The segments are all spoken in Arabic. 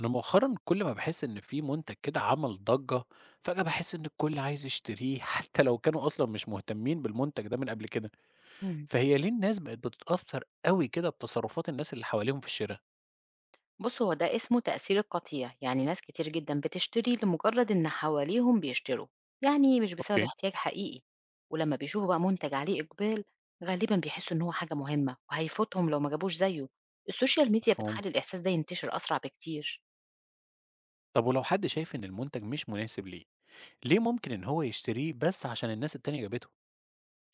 أنا مؤخرا كل ما باحس إن في منتج كده عمل ضجة، فجأة باحس إن الكل عايز يشتريه حتى لو كانوا أصلًا مش مهتمين بالمنتج ده من قبل كده، إمم. فهي ليه الناس بقت بتتأثر أوي كده بتصرفات الناس اللي حواليهم في الشرا؟ بُص، هو ده اسمه تأثير القطيع، يعني ناس كتير جدًا بتشتري لمجرد إن حواليهم بيشتروا، يعني مش بسبب أوكي. احتياج حقيقي. ولمّا بيشوفوا بقى منتج عليه إقبال، غالبًا بيحسوا إن هو حاجة مهمة وهيفوتهم لو ما جابوش زيه. السوشيال ميديا مفهوم. بتخلّي الإحساس ده ينتشر أسرع بكتير. طب ولو حد شايف إن المنتج مش مناسب ليه، ليه ممكن إن هو يشتريه بس عشان الناس التانية جابته؟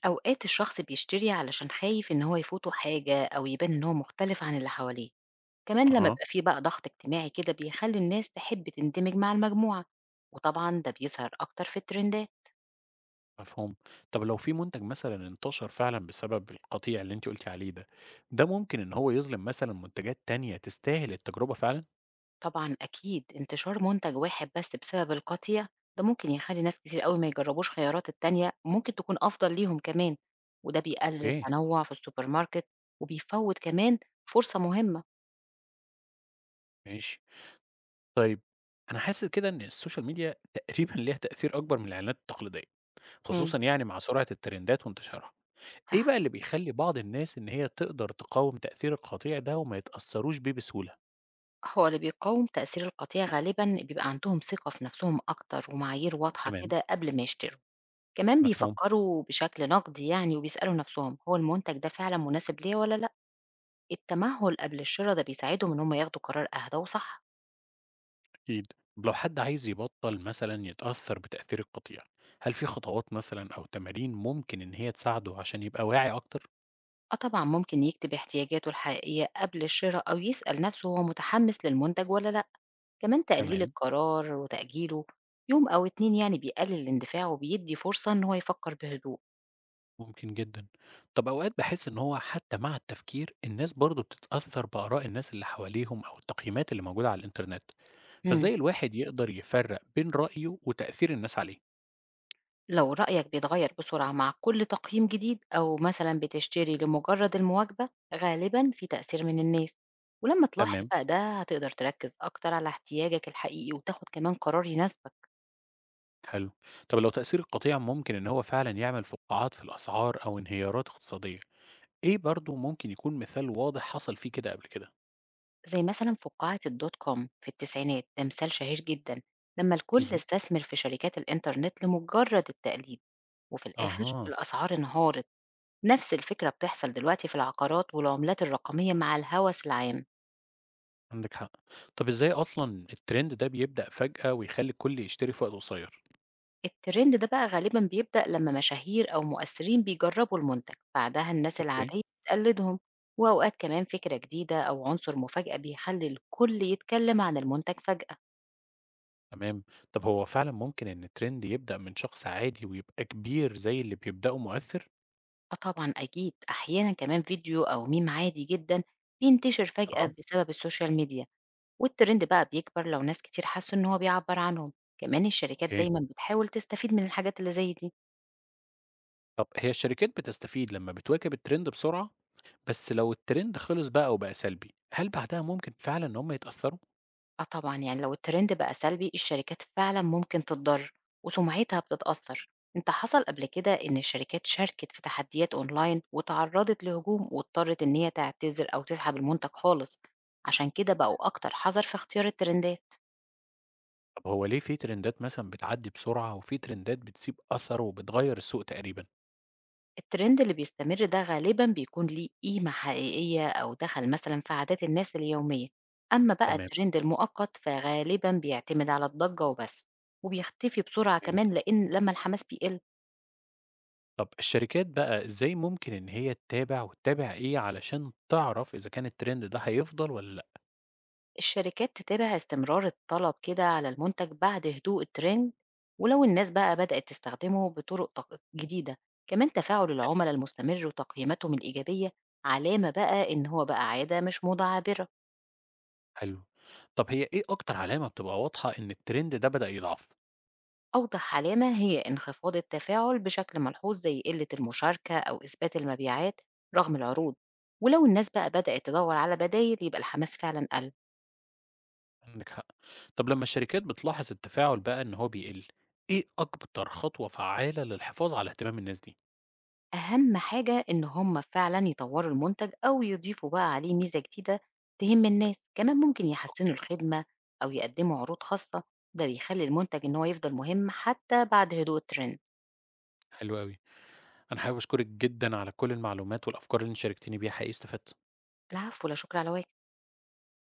أوقات الشخص بيشتري علشان خايف إن هو يفوته حاجة أو يبان إن هو مختلف عن اللي حواليه، كمان لمّا أها، يبقى في بقى ضغط اجتماعي كده بيخلّي الناس تحب تندمج مع المجموعة، وطبعًا ده بيظهر أكتر في الترندات. مفهوم. طب لو في منتج مثلًا انتشر فعلًا بسبب القطيع اللي أنتِ قلتِ عليه ده، ده ممكن إن هو يظلم مثلًا منتجات تانية تستاهل التجربة فعلًا؟ طبعًا أكيد، انتشار منتج واحد بس بسبب القطيع، ده ممكن يخلّي ناس كتير أوي ما يجربوش خيارات التانية ممكن تكون أفضل ليهم كمان، وده بيقلل أوكي، التنوع في السوبر ماركت، وبيفوّت كمان فرصة مهمة. ماشي. طيب، أنا حاسس كده إن السوشيال ميديا تقريبًا ليها تأثير أكبر من الإعلانات التقليدية، إمم. خصوصًا يعني مع سرعة الترندات وانتشارها. إيه صح. بقى اللي بيخلّي بعض الناس إن هي تقدر تقاوم تأثير القطيع ده وما يتأثّروش بيه بسهولة؟ هو اللي بيقاوم تأثير القطيع غالبًا بيبقى عندهم ثقة في نفسهم أكتر ومعايير واضحة تمام، كده قبل ما يشتروا. كمان مفهوم، بيفكروا بشكل نقدي يعني، وبيسألوا نفسهم هو المنتج ده فعلًا مناسب ليّا والّا لأ؟ التمهل قبل الشرا ده بيساعدهم إن هم ياخدوا قرار أهدى وصح. أكيد. طب لو حد عايز يبطّل مثلًا يتأثّر بتأثير القطيع، هل في خطوات مثلًا أو تمارين ممكن إن هي تساعده عشان يبقى واعي أكتر؟ آه طبعًا، ممكن يكتب احتياجاته الحقيقية قبل الشراء أو يسأل نفسه هو متحمس للمنتج والّا لأ. كمان تقليل تمام. القرار وتأجيله يوم أو 2 يعني بيقلل الاندفاع وبيدّي فرصة إن هو يفكر بهدوء. ممكن جدًا. طب أوقات باحس إن هو حتى مع التفكير، الناس برضه بتتأثّر بآراء الناس اللي حواليهم أو التقييمات اللي موجودة على الإنترنت، إمم. فإزاي الواحد يقدر يفرّق بين رأيه وتأثير الناس عليه؟ لو رأيك بيتغير بسرعة مع كل تقييم جديد أو مثلًا بتشتري لمجرد المواجبة، غالبًا في تأثير من الناس. ولمّا تلاحظ تمام، بقى ده، هتقدر تركز أكتر على احتياجك الحقيقي وتاخد كمان قرار يناسبك. حلو. طب لو تأثير القطيع ممكن إن هو فعلًا يعمل فقاعات في الأسعار أو انهيارات اقتصادية، إيه برضه ممكن يكون مثال واضح حصل فيه كده قبل كده؟ زي مثلا فقاعة الدوت كوم في التسعينات، ده مثال شهير جدا. لما الكل إيه دي؟ استثمر في شركات الإنترنت لمجرد التقليد، وفي الآخر أها، الأسعار انهارت. نفس الفكرة بتحصل دلوقتي في العقارات والعملات الرقمية مع الهوس العام. عندِك حق. طب إزاي أصلًا الtrend ده بيبدأ فجأة ويخلّي الكل يشتري في وقت قصير؟ الترند ده بقى غالبا بيبدأ لما مشاهير أو مؤثرين بيجربوا المنتج، بعدها الناس أوكي. العادية بتقلدهم. وأوقات كمان فكرة جديدة أو عنصر مفاجأة بيخلي الكل يتكلم عن المنتج فجأة. تمام. طب هو فعلا ممكن ان الترند يبدأ من شخص عادي ويبقى كبير زي اللي بيبدأه مؤثر؟ آه طبعًا أكيد، أحيانًا كمان فيديو أو meme عادي جدًا بينتشر فجأة أها. بسبب السوشيال ميديا، والtrend بقى بيكبر لو ناس كتير حسوا إن هو بيعبّر عنهم. كمان الشركات أوكي. دايمًا بتحاول تستفيد من الحاجات اللي زي دي. طب هي الشركات بتستفيد لما بتواكب الترند بسرعة، بس لو الترند خلص بقى وبقى سلبي هل بعدها ممكن فعلا ان هم يتأثروا؟ آه طبعًا، يعني لو الtrend بقى سلبي الشركات فعلًا ممكن تتضرر وسمعتها بتتأثر. أنت حصل قبل كده إن الشركات شاركت في تحديات أونلاين واتعرضت لهجوم، واضطرت إن هي تعتذر أو تسحب المنتج خالص، عشان كده بقوا أكتر حذر في اختيار الترندات. طب هو ليه في ترندات مثلا بتعدي بسرعة وفي ترندات بتسيب أثر وبتغير السوق تقريبا؟ الترند اللي بيستمر ده غالبا بيكون ليه قيمة حقيقية أو دخل مثلا في عادات الناس اليومية. أما بقى تمام. الترند المؤقت فغالبا بيعتمد على الضجة وبس، وبيختفي بسرعة أوكي. كمان لأن لما الحماس بيقل. طب الشركات بقى ازاي ممكن ان هي تتابع وتتابع ايه علشان تعرف اذا كان الترند ده هيفضل ولا لا؟ الشركات تتابع استمرار الطلب كده على المنتج بعد هدوء الترند، ولو الناس بقى بدأت تستخدمه بطرق جديدة. كمان تفاعل العملاء المستمر وتقييماتهم الإيجابية علامة بقى إن هو بقى عادة مش متعابرة. حلو. طب هي إيه أكتر علامة بتبقى واضحة إن الtrend ده بدأ يضعف؟ أوضح علامة هي انخفاض التفاعل بشكل ملحوظ، زي قلة المشاركة أو إثبات المبيعات رغم العروض. ولو الناس بقى بدأت تدور على بدايل، يبقى الحماس فعلا قل. عندِك حق. طب لمّا الشركات بتلاحظ التفاعل بقى إن هو بيقل، إيه أكتر خطوة فعّالة للحفاظ على اهتمام الناس دي؟ أهم حاجة إن هم فعلا يطوروا المنتج أو يضيفوا بقى عليه ميزة جديدة تهم الناس. كمان ممكن يحسنوا أوكي. الخدمة أو يقدموا عروض خاصة. ده بيخلي المنتج إن هو يفضل مهم حتى بعد هدوء الترند. حلو أوي. أنا حابب أشكرِك جدًا على كل المعلومات والأفكار اللي أنتِ شاركتيني بيها، حقيقي استفدت. العفو، لا شكر على واجب.